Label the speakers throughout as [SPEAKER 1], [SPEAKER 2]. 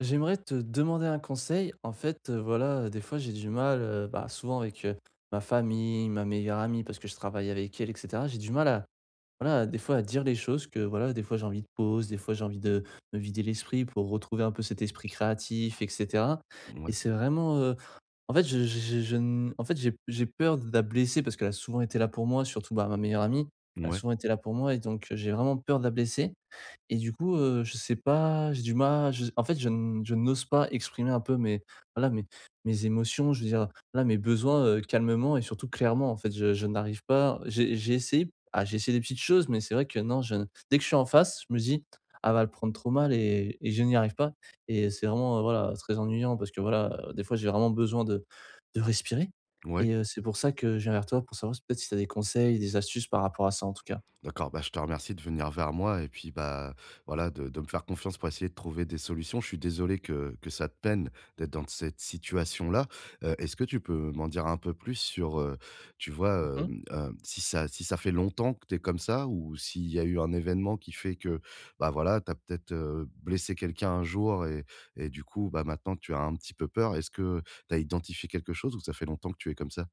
[SPEAKER 1] J'aimerais te demander un conseil. En fait, voilà, des fois j'ai du mal, bah, souvent avec, ma famille, ma meilleure amie parce que je travaille avec elle et cetera. J'ai du mal à, voilà, des fois à dire les choses que, voilà, des fois j'ai envie de pause, des fois j'ai envie de me vider l'esprit pour retrouver un peu cet esprit créatif et cetera. Et
[SPEAKER 2] Ouais,
[SPEAKER 1] c'est vraiment, en fait, je n en fait, j'ai peur de la blesser parce qu'elle a souvent été là pour moi, surtout, bah, ma meilleure amie. Elle a
[SPEAKER 2] ouais,
[SPEAKER 1] souvent été là pour moi et donc j'ai vraiment peur de la blesser. Et du coup, je sais pas, j'ai du mal, je en fait, je n'ose pas exprimer un peu mes voilà, mes émotions, je veux dire, là mes besoins, calmement et surtout clairement, en fait. Je n'arrive pas, j'ai essayé des petites choses, mais c'est vrai que non, je dès que je suis en face, je me dis: «Ah, va le prendre trop mal», et je n'y arrive pas. Et c'est vraiment, voilà, très ennuyant parce que, voilà, des fois, j'ai vraiment besoin de respirer.
[SPEAKER 2] ouais,
[SPEAKER 1] Et c'est pour ça que je viens vers toi pour savoir si peut-être si tu as des conseils, des astuces par rapport à ça, en tout cas.
[SPEAKER 2] d'accord, bah, je te remercie de venir vers moi et puis, bah, voilà, de me faire confiance pour essayer de trouver des solutions. Je suis désolé que ça te peine d'être dans cette situation-là. Est-ce que tu peux m'en dire un peu plus sur tu vois, si ça si ça fait longtemps que tu es comme ça ou s'il y a eu un événement qui fait que, bah, voilà, tu as peut-être blessé quelqu'un un jour et du coup, bah, maintenant tu as un petit peu peur. Est-ce que tu as identifié quelque chose ou ça fait longtemps que tu es comme ça?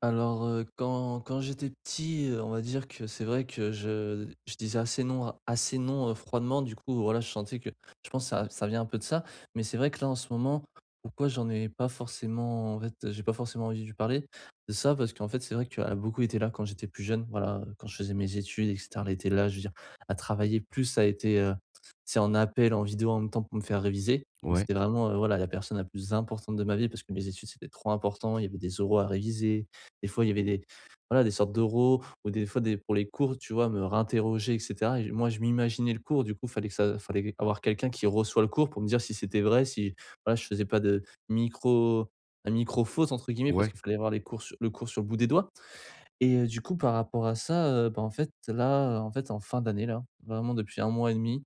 [SPEAKER 1] Alors, quand j'étais petit, on va dire que c'est vrai que je disais assez non, froidement. Du coup, voilà, je pense que ça vient un peu de ça. Mais c'est vrai que là, en ce moment, pourquoi j'en ai pas forcément en fait, j'ai pas forcément envie de lui parler de ça, parce qu'en fait, c'est vrai qu'elle a beaucoup été là quand j'étais plus jeune. Voilà, quand je faisais mes études et cetera, elle était là. Je veux dire, elle travaillait plus, ça a été, tu sais, en appel, en vidéo en même temps pour me faire réviser. Donc
[SPEAKER 2] Ouais,
[SPEAKER 1] c'était vraiment, voilà, la personne la plus importante de ma vie parce que mes études, c'était trop important. Il y avait des oraux à réviser, des fois, il y avait des voilà, des sortes d'oraux ou des fois des pour les cours, tu vois? Me réinterroger et cetera. Et moi, je m'imaginais le cours, du coup, fallait avoir quelqu'un qui reçoit le cours pour me dire si c'était vrai, si voilà, je faisais pas de micro un «micro faute» entre guillemets parce
[SPEAKER 2] ouais,
[SPEAKER 1] qu'il fallait avoir les cours su le cours sur le bout des doigts. Et du coup, par rapport à ça, bah, en fait, là, en fait, en fin d'année, là, vraiment depuis un mois et demi,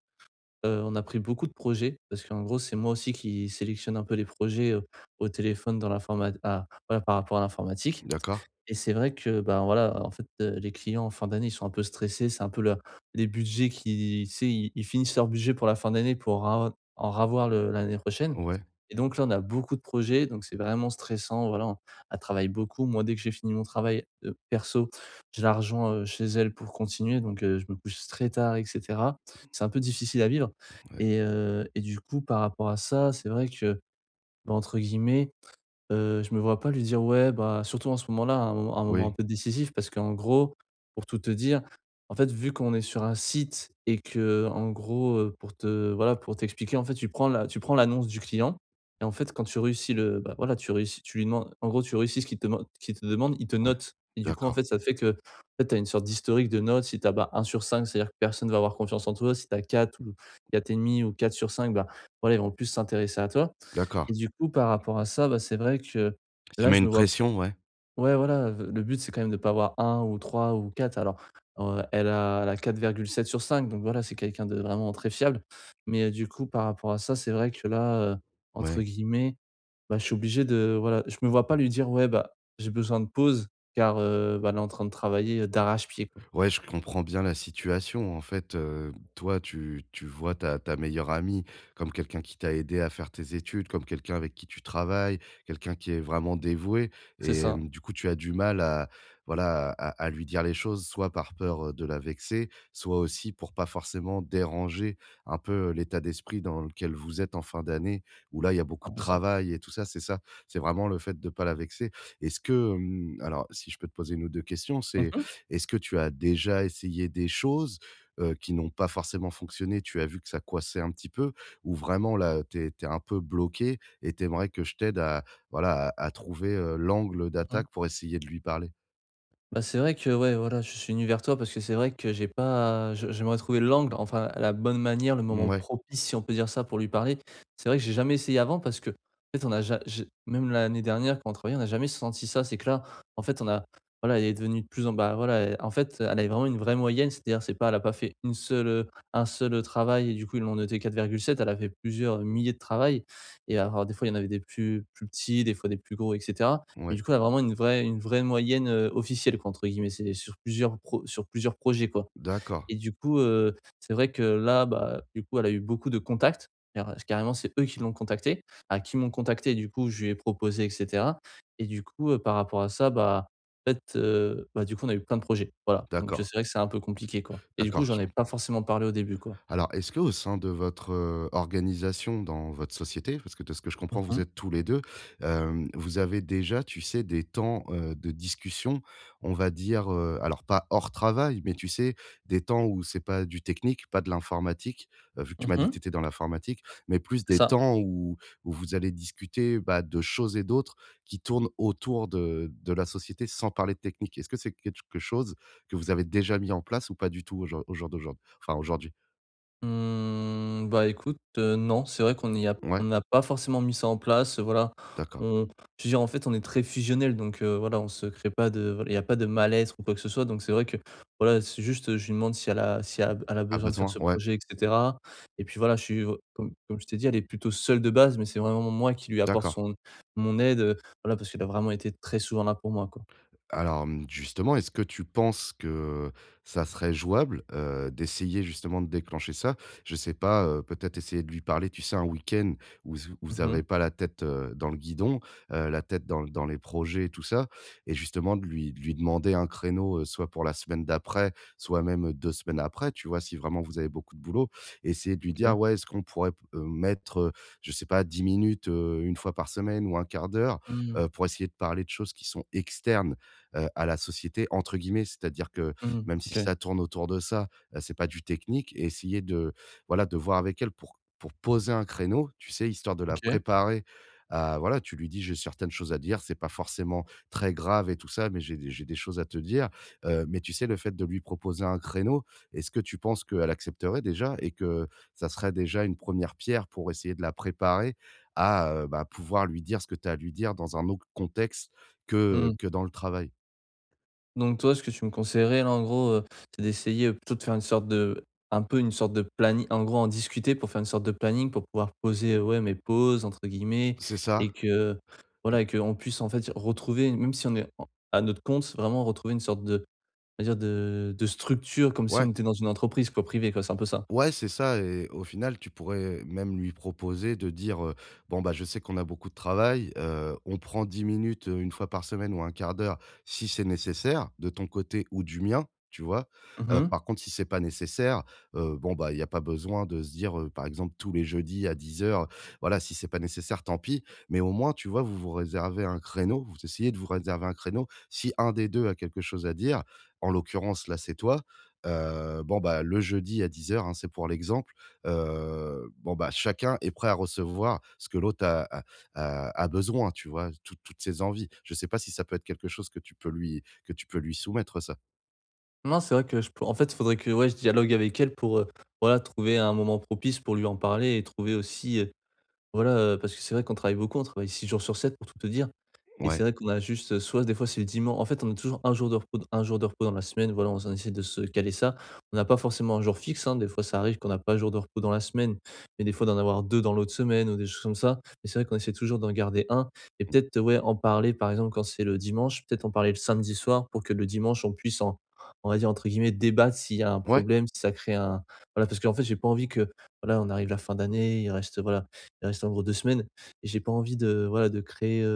[SPEAKER 1] 2 on a pris beaucoup de projets parce qu'en gros, c'est moi aussi qui sélectionne un peu les projets, au téléphone dans l'informat à voilà, par rapport à l'informatique.
[SPEAKER 2] d'accord,
[SPEAKER 1] Et c'est vrai que, ben voilà, en fait, les clients en fin d'année, ils sont un peu stressés, c'est un peu leur les budgets qui, tu sais, ils finissent leur budget pour la fin d'année pour ra en ravoir le l'année prochaine.
[SPEAKER 2] ouais,
[SPEAKER 1] Et donc là, on a beaucoup de projets, donc c'est vraiment stressant, voilà, on elle travaille beaucoup. Moi, dès que j'ai fini mon travail, perso, j'ai l'argent rejoins, chez elle pour continuer, donc je me couche très tard et cetera. C'est un peu difficile à vivre.
[SPEAKER 2] ouais.
[SPEAKER 1] Et du coup, par rapport à ça, c'est vrai que, bah, entre guillemets. Je me vois pas lui dire: «Ouais, bah», surtout en ce moment-là, un moment un
[SPEAKER 2] Oui,
[SPEAKER 1] peu décisif parce qu'en gros, pour tout te dire, en fait, vu qu'on est sur un site et que en gros, pour te voilà, pour t'expliquer, en fait, tu prends l'annonce du client. Et en fait, quand tu réussis le bah, voilà, tu lui demandes, en gros, tu réussis ce qu'il te deman qu'il te demande, il te
[SPEAKER 2] ouais,
[SPEAKER 1] note et du coup, en
[SPEAKER 2] d'accord,
[SPEAKER 1] fait, ça fait que, en fait, tu as une sorte d'historique de notes. Si tu as, bah, 1 sur cinq, c'est-à-dire que personne va avoir confiance en toi. Si tu as 4 ou 4 1/2 ou 4 sur cinq, bah, voilà, ils vont plus s'intéresser à toi.
[SPEAKER 2] d'accord.
[SPEAKER 1] Et du coup, par rapport à ça, bah, c'est vrai que
[SPEAKER 2] Ça
[SPEAKER 1] là,
[SPEAKER 2] met
[SPEAKER 1] je
[SPEAKER 2] une
[SPEAKER 1] me vois,
[SPEAKER 2] pression, ouais,
[SPEAKER 1] ouais, voilà, le but, c'est quand même de pas avoir un ou 3 ou quatre. Alors, elle a quatre virgule sept sur cinq, donc voilà, c'est quelqu'un de vraiment très fiable. Mais, du coup, par rapport à ça, c'est vrai que là, entre
[SPEAKER 2] ouais.
[SPEAKER 1] guillemets, bah, je suis obligé de voilà, je me vois pas lui dire: «Ouais, bah, j'ai besoin de pause» car, bah, elle est en train de travailler, d'arrache-pied, quoi.
[SPEAKER 2] Ouais, je comprends bien la situation. En fait, toi, tu vois ta meilleure amie comme quelqu'un qui t'a aidé à faire tes études, comme quelqu'un avec qui tu travailles, quelqu'un qui est vraiment dévoué
[SPEAKER 1] C'est
[SPEAKER 2] et
[SPEAKER 1] ça,
[SPEAKER 2] du coup, tu as du mal à, voilà, à lui dire les choses, soit par peur, de la vexer, soit aussi pour pas forcément déranger un peu l'état d'esprit dans lequel vous êtes en fin d'année, où là, il y a beaucoup
[SPEAKER 1] un
[SPEAKER 2] de
[SPEAKER 1] peu ça.
[SPEAKER 2] travail et tout ça? C'est vraiment le fait de pas la vexer. Est-ce que, hem alors si je peux te poser une ou 2 questions, c'est
[SPEAKER 1] Mmh.
[SPEAKER 2] est-ce que tu as déjà essayé des choses, qui n'ont pas forcément fonctionné? Tu as vu que ça coinçait un petit peu ou vraiment là, tu es un peu bloqué et tu aimerais que je t'aide à voilà, à trouver, l'angle
[SPEAKER 1] Mmh.
[SPEAKER 2] d'attaque pour essayer de lui parler?
[SPEAKER 1] Bah, c'est vrai que ouais, voilà, je suis venu vers toi parce que c'est vrai que j'ai pas je j'aimerais trouver l'angle, enfin la bonne manière, le moment
[SPEAKER 2] Ouais,
[SPEAKER 1] propice, si on peut dire ça, pour lui parler. C'est vrai que j'ai jamais essayé avant parce que, en fait, on a ja j'ai même l'année dernière quand on travaillait, on n'a jamais senti ça. C'est que là, en fait, on a voilà, elle est devenue de plus en bah, voilà, elle en fait, elle avait vraiment une vraie moyenne, c'est-à-dire c'est pas elle a pas fait un seul travail et du coup, ils l'ont noté 4,7, elle a fait plusieurs milliers de travail. Et alors des fois, il y en avait des plus petits, des fois des plus gros, etc. Mais du
[SPEAKER 2] ouais.
[SPEAKER 1] coup, on a vraiment une vraie moyenne, «officielle» quoi, entre guillemets, c'est sur plusieurs pro sur plusieurs projets quoi.
[SPEAKER 2] D'accord,
[SPEAKER 1] Et du coup, c'est vrai que là, bah, du coup, elle a eu beaucoup de contacts, carrément c'est eux qui l'ont contactée, à qui m'ont contacté, du coup, je lui ai proposé et cetera. Et du coup, par rapport à ça, bah, en fait, bah, du coup, on a eu plein de projets, voilà, donc
[SPEAKER 2] d'accord,
[SPEAKER 1] c'est vrai que c'est un peu compliqué quoi et du coup,
[SPEAKER 2] d'accord.
[SPEAKER 1] j'en ai pas forcément parlé au début quoi.
[SPEAKER 2] Alors, est-ce que au sein de votre organisation, dans votre société, parce que de ce que je
[SPEAKER 1] Mmh
[SPEAKER 2] comprends, vous
[SPEAKER 1] mh.
[SPEAKER 2] êtes tous les 2, vous avez déjà, tu sais, des temps, de discussion, on va dire, alors pas hors travail, mais tu sais, des temps où c'est pas du technique, pas de l'informatique, vu que tu m'as dit que
[SPEAKER 1] Mmh.
[SPEAKER 2] tu étais dans l'informatique, mais plus
[SPEAKER 1] C'est
[SPEAKER 2] des
[SPEAKER 1] ça.
[SPEAKER 2] temps où où vous allez discuter, bah, de choses et d'autres qui tournent autour de la société sans parler de technique? Est-ce que c'est quelque chose que vous avez déjà mis en place ou pas du tout au jour aujourd'hui?
[SPEAKER 1] Mmh, bah, écoute, non, c'est vrai qu'on y a
[SPEAKER 2] Ouais.
[SPEAKER 1] on n'a pas forcément mis ça en place, voilà.
[SPEAKER 2] D'accord.
[SPEAKER 1] On Je veux dire, en fait, on est très fusionnel donc voilà, on se crée pas de voilà, il y a pas de malaise ou quoi que ce soit, donc c'est vrai que, voilà, c'est juste, je lui demande si elle a si elle a, elle a
[SPEAKER 2] À
[SPEAKER 1] besoin de faire
[SPEAKER 2] besoin,
[SPEAKER 1] ce
[SPEAKER 2] ouais.
[SPEAKER 1] projet et cetera. Et puis, voilà, je suis v comme je t'ai dit, elle est plutôt seule de base mais c'est vraiment moi qui lui apporte
[SPEAKER 2] D'accord.
[SPEAKER 1] son mon aide, voilà, parce qu'elle a vraiment été très souvent là pour moi, quoi.
[SPEAKER 2] Alors, mmh, justement, est-ce que tu penses que ça serait jouable, d'essayer justement de déclencher ça? Je sais pas, peut-être essayer de lui parler, tu sais, un week-end où z vous
[SPEAKER 1] Mmh mh.
[SPEAKER 2] avez pas la tête, dans le guidon, la tête dans les projets et tout ça et justement de lui demander un créneau, soit pour la semaine d'après, soit même, 2 semaines après, tu vois? Si vraiment vous avez beaucoup de boulot, essayer de lui dire:
[SPEAKER 1] OK.
[SPEAKER 2] «Ouais, est-ce qu'on pourrait p mettre, je sais pas 10 minutes, 1 fois par semaine ou un quart d'heure»,
[SPEAKER 1] Mmh.
[SPEAKER 2] pour essayer de parler de choses qui sont externes à la société entre guillemets. C'est-à-dire que
[SPEAKER 1] Mmh.
[SPEAKER 2] même si
[SPEAKER 1] OK.
[SPEAKER 2] ça tourne autour de ça, c'est pas du technique et essayer de, voilà, de voir avec elle pour poser un créneau, tu sais, histoire de la
[SPEAKER 1] OK.
[SPEAKER 2] préparer à voilà, tu lui dis: «J'ai certaines choses à dire, c'est pas forcément très grave et tout ça, mais j'ai des choses à te dire», mais tu sais, le fait de lui proposer un créneau, est-ce que tu penses qu'elle accepterait déjà et que ça serait déjà une première pierre pour essayer de la préparer à, bah, pouvoir lui dire ce que tu as à lui dire dans un autre contexte que
[SPEAKER 1] Mmh.
[SPEAKER 2] que dans le travail?
[SPEAKER 1] Donc toi, ce que tu me conseillerais là, en gros, c'est d'essayer, plutôt de faire une sorte de un peu une sorte de planning, en gros, en discuter pour faire une sorte de planning pour pouvoir poser, ouais, «mes pauses» entre guillemets,
[SPEAKER 2] C'est ça.
[SPEAKER 1] et que,
[SPEAKER 2] Et
[SPEAKER 1] voilà et que on puisse en fait retrouver, même si on est en à notre compte, vraiment retrouver une sorte de, on va dire, de structure comme si on
[SPEAKER 2] ouais,
[SPEAKER 1] était dans une entreprise quoi, privée quoi, c'est un peu ça.
[SPEAKER 2] ouais, c'est ça et au final, tu pourrais même lui proposer de dire, «Bon, bah, je sais qu'on a beaucoup de travail, on prend 10 minutes, 1 fois par semaine ou un quart d'heure si c'est nécessaire de ton côté ou du mien», tu vois? Heu,
[SPEAKER 1] Mmh.
[SPEAKER 2] par contre, si c'est pas nécessaire, bon, bah, il y a pas besoin de se dire, par exemple, tous les jeudis à 10 heures. Voilà, si c'est pas nécessaire, tant pis, mais au moins, tu vois, vous vous réservez un créneau, vous essayez de vous réserver un créneau. Si un des 2 a quelque chose à dire, en l'occurrence, là, c'est toi. Bon, bah, le jeudi à 10:00, hein, c'est pour l'exemple, bon, bah, chacun est prêt à recevoir ce que l'autre a besoin, tu vois? Toutes ses envies. Je sais pas si ça peut être quelque chose que tu peux lui que tu peux lui soumettre ça?
[SPEAKER 1] Non, c'est vrai que je pour en fait, il faudrait que, ouais, je dialogue avec elle pour, voilà, trouver un moment propice pour lui en parler et trouver aussi, voilà, parce que c'est vrai qu'on travaille beaucoup, on travaille 6 jours sur 7 pour tout te dire. Et c'est
[SPEAKER 2] Ouais.
[SPEAKER 1] vrai qu'on a juste, soit des fois c'est le dimanche, en fait, on a toujours un jour de repos dans la semaine, voilà, on s essaie de se caler ça. On n'a pas forcément un jour fixe, hein, des fois ça arrive qu'on n'a pas un jour de repos dans la semaine, mais des fois d'en avoir 2 dans l'autre semaine ou des choses comme ça. Mais c'est vrai qu'on essaie toujours d'en garder un et
[SPEAKER 2] Mmh.
[SPEAKER 1] peut-être, ouais, en parler, par exemple, quand c'est le dimanche, peut-être en parler le samedi soir pour que le dimanche, on puisse en, on va dire, entre guillemets, «débattre» s'il y a un
[SPEAKER 2] Ouais,
[SPEAKER 1] problème, si ça crée un voilà, parce qu'en fait, j'ai pas envie que voilà, on arrive la fin d'année, il reste, voilà, il reste en gros 2 semaines et j'ai pas envie de, voilà, de créer,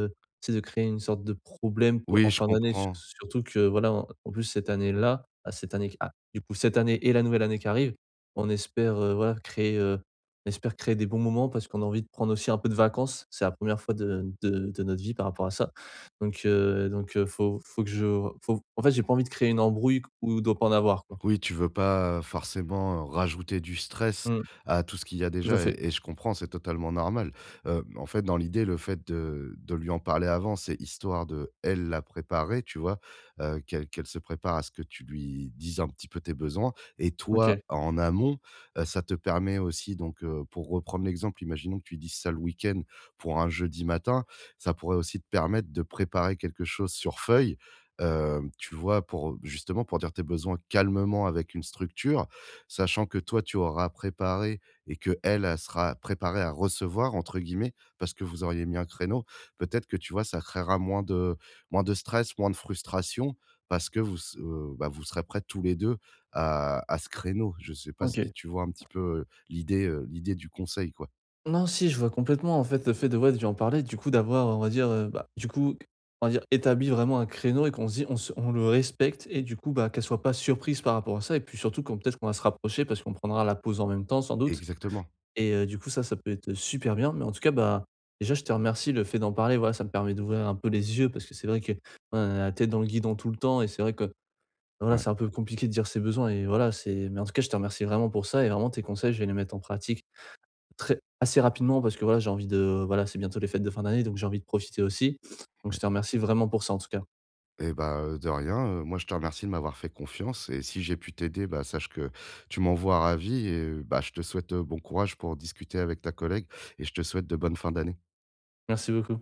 [SPEAKER 1] c'est de créer une sorte de problème pour en
[SPEAKER 2] oui, je
[SPEAKER 1] fin d'année,
[SPEAKER 2] comprends.
[SPEAKER 1] surtout que voilà, en plus cette année-là, du coup cette année et la nouvelle année qui arrive, on espère, voilà, créer, on espère créer des bons moments parce qu'on a envie de prendre aussi un peu de vacances. C'est la première fois de notre vie par rapport à ça. Faut faut que je faut en fait, j'ai pas envie de créer une embrouille q où il doit pas en avoir quoi.
[SPEAKER 2] Oui, tu veux pas forcément rajouter du stress
[SPEAKER 1] Mmh.
[SPEAKER 2] à tout ce qu'il y a
[SPEAKER 1] Tout à
[SPEAKER 2] déjà et
[SPEAKER 1] fait.
[SPEAKER 2] et je comprends, c'est totalement normal. En fait, dans l'idée, le fait de lui en parler avant, c'est histoire de, elle, la préparer, tu vois? Qu'elle se prépare à ce que tu lui dises un petit peu tes besoins et toi,
[SPEAKER 1] OK.
[SPEAKER 2] en amont, ça te permet aussi donc, pour reprendre l'exemple, imaginons que tu dises ça le week-end pour un jeudi matin, ça pourrait aussi te permettre de préparer quelque chose sur feuille, tu vois? Pour justement, pour dire tes besoins calmement avec une structure, sachant que toi, tu auras préparé et que elle sera préparée à «recevoir» entre guillemets, parce que vous auriez mis un créneau. Peut-être que, tu vois, ça créera moins de stress, moins de frustration parce que vous s bah, vous serez prêts tous les 2 à ce créneau. Je sais pas
[SPEAKER 1] OK.
[SPEAKER 2] si tu vois un petit peu, l'idée du conseil, quoi?
[SPEAKER 1] Non, si, je vois complètement, en fait, le fait de ouais, de lui en parler, du coup, d'avoir, on va dire, bah, du coup, on va dire, établi vraiment un créneau et qu'on se dit on le respecte et du coup, bah, qu'elle soit pas surprise par rapport à ça et puis surtout qu'on peut-être qu'on va se rapprocher parce qu'on prendra la pause en même temps sans doute.
[SPEAKER 2] Exactement.
[SPEAKER 1] Et du coup, ça peut être super bien. Mais en tout cas, bah, déjà, je te remercie, le fait d'en parler, voilà, ça me permet d'ouvrir un peu les yeux parce que c'est vrai que, ouais, on a la tête dans le guidon tout le temps et c'est vrai que, voilà,
[SPEAKER 2] Ouais,
[SPEAKER 1] c'est un peu compliqué de dire ses besoins et voilà, c'est, mais en tout cas, je te remercie vraiment pour ça et vraiment tes conseils, je vais les mettre en pratique. Très Assez rapidement parce que voilà, j'ai envie de voilà, c'est bientôt les fêtes de fin d'année, donc j'ai envie de profiter aussi. Donc je
[SPEAKER 2] ouais.
[SPEAKER 1] te remercie vraiment pour ça en tout cas.
[SPEAKER 2] Eh bah, de rien, moi je te remercie de m'avoir fait confiance et si j'ai pu t'aider, bah, sache que tu m'envoies ravi et bah, je te souhaite, bon courage pour discuter avec ta collègue et je te souhaite de bonnes fins d'année.
[SPEAKER 1] Merci beaucoup.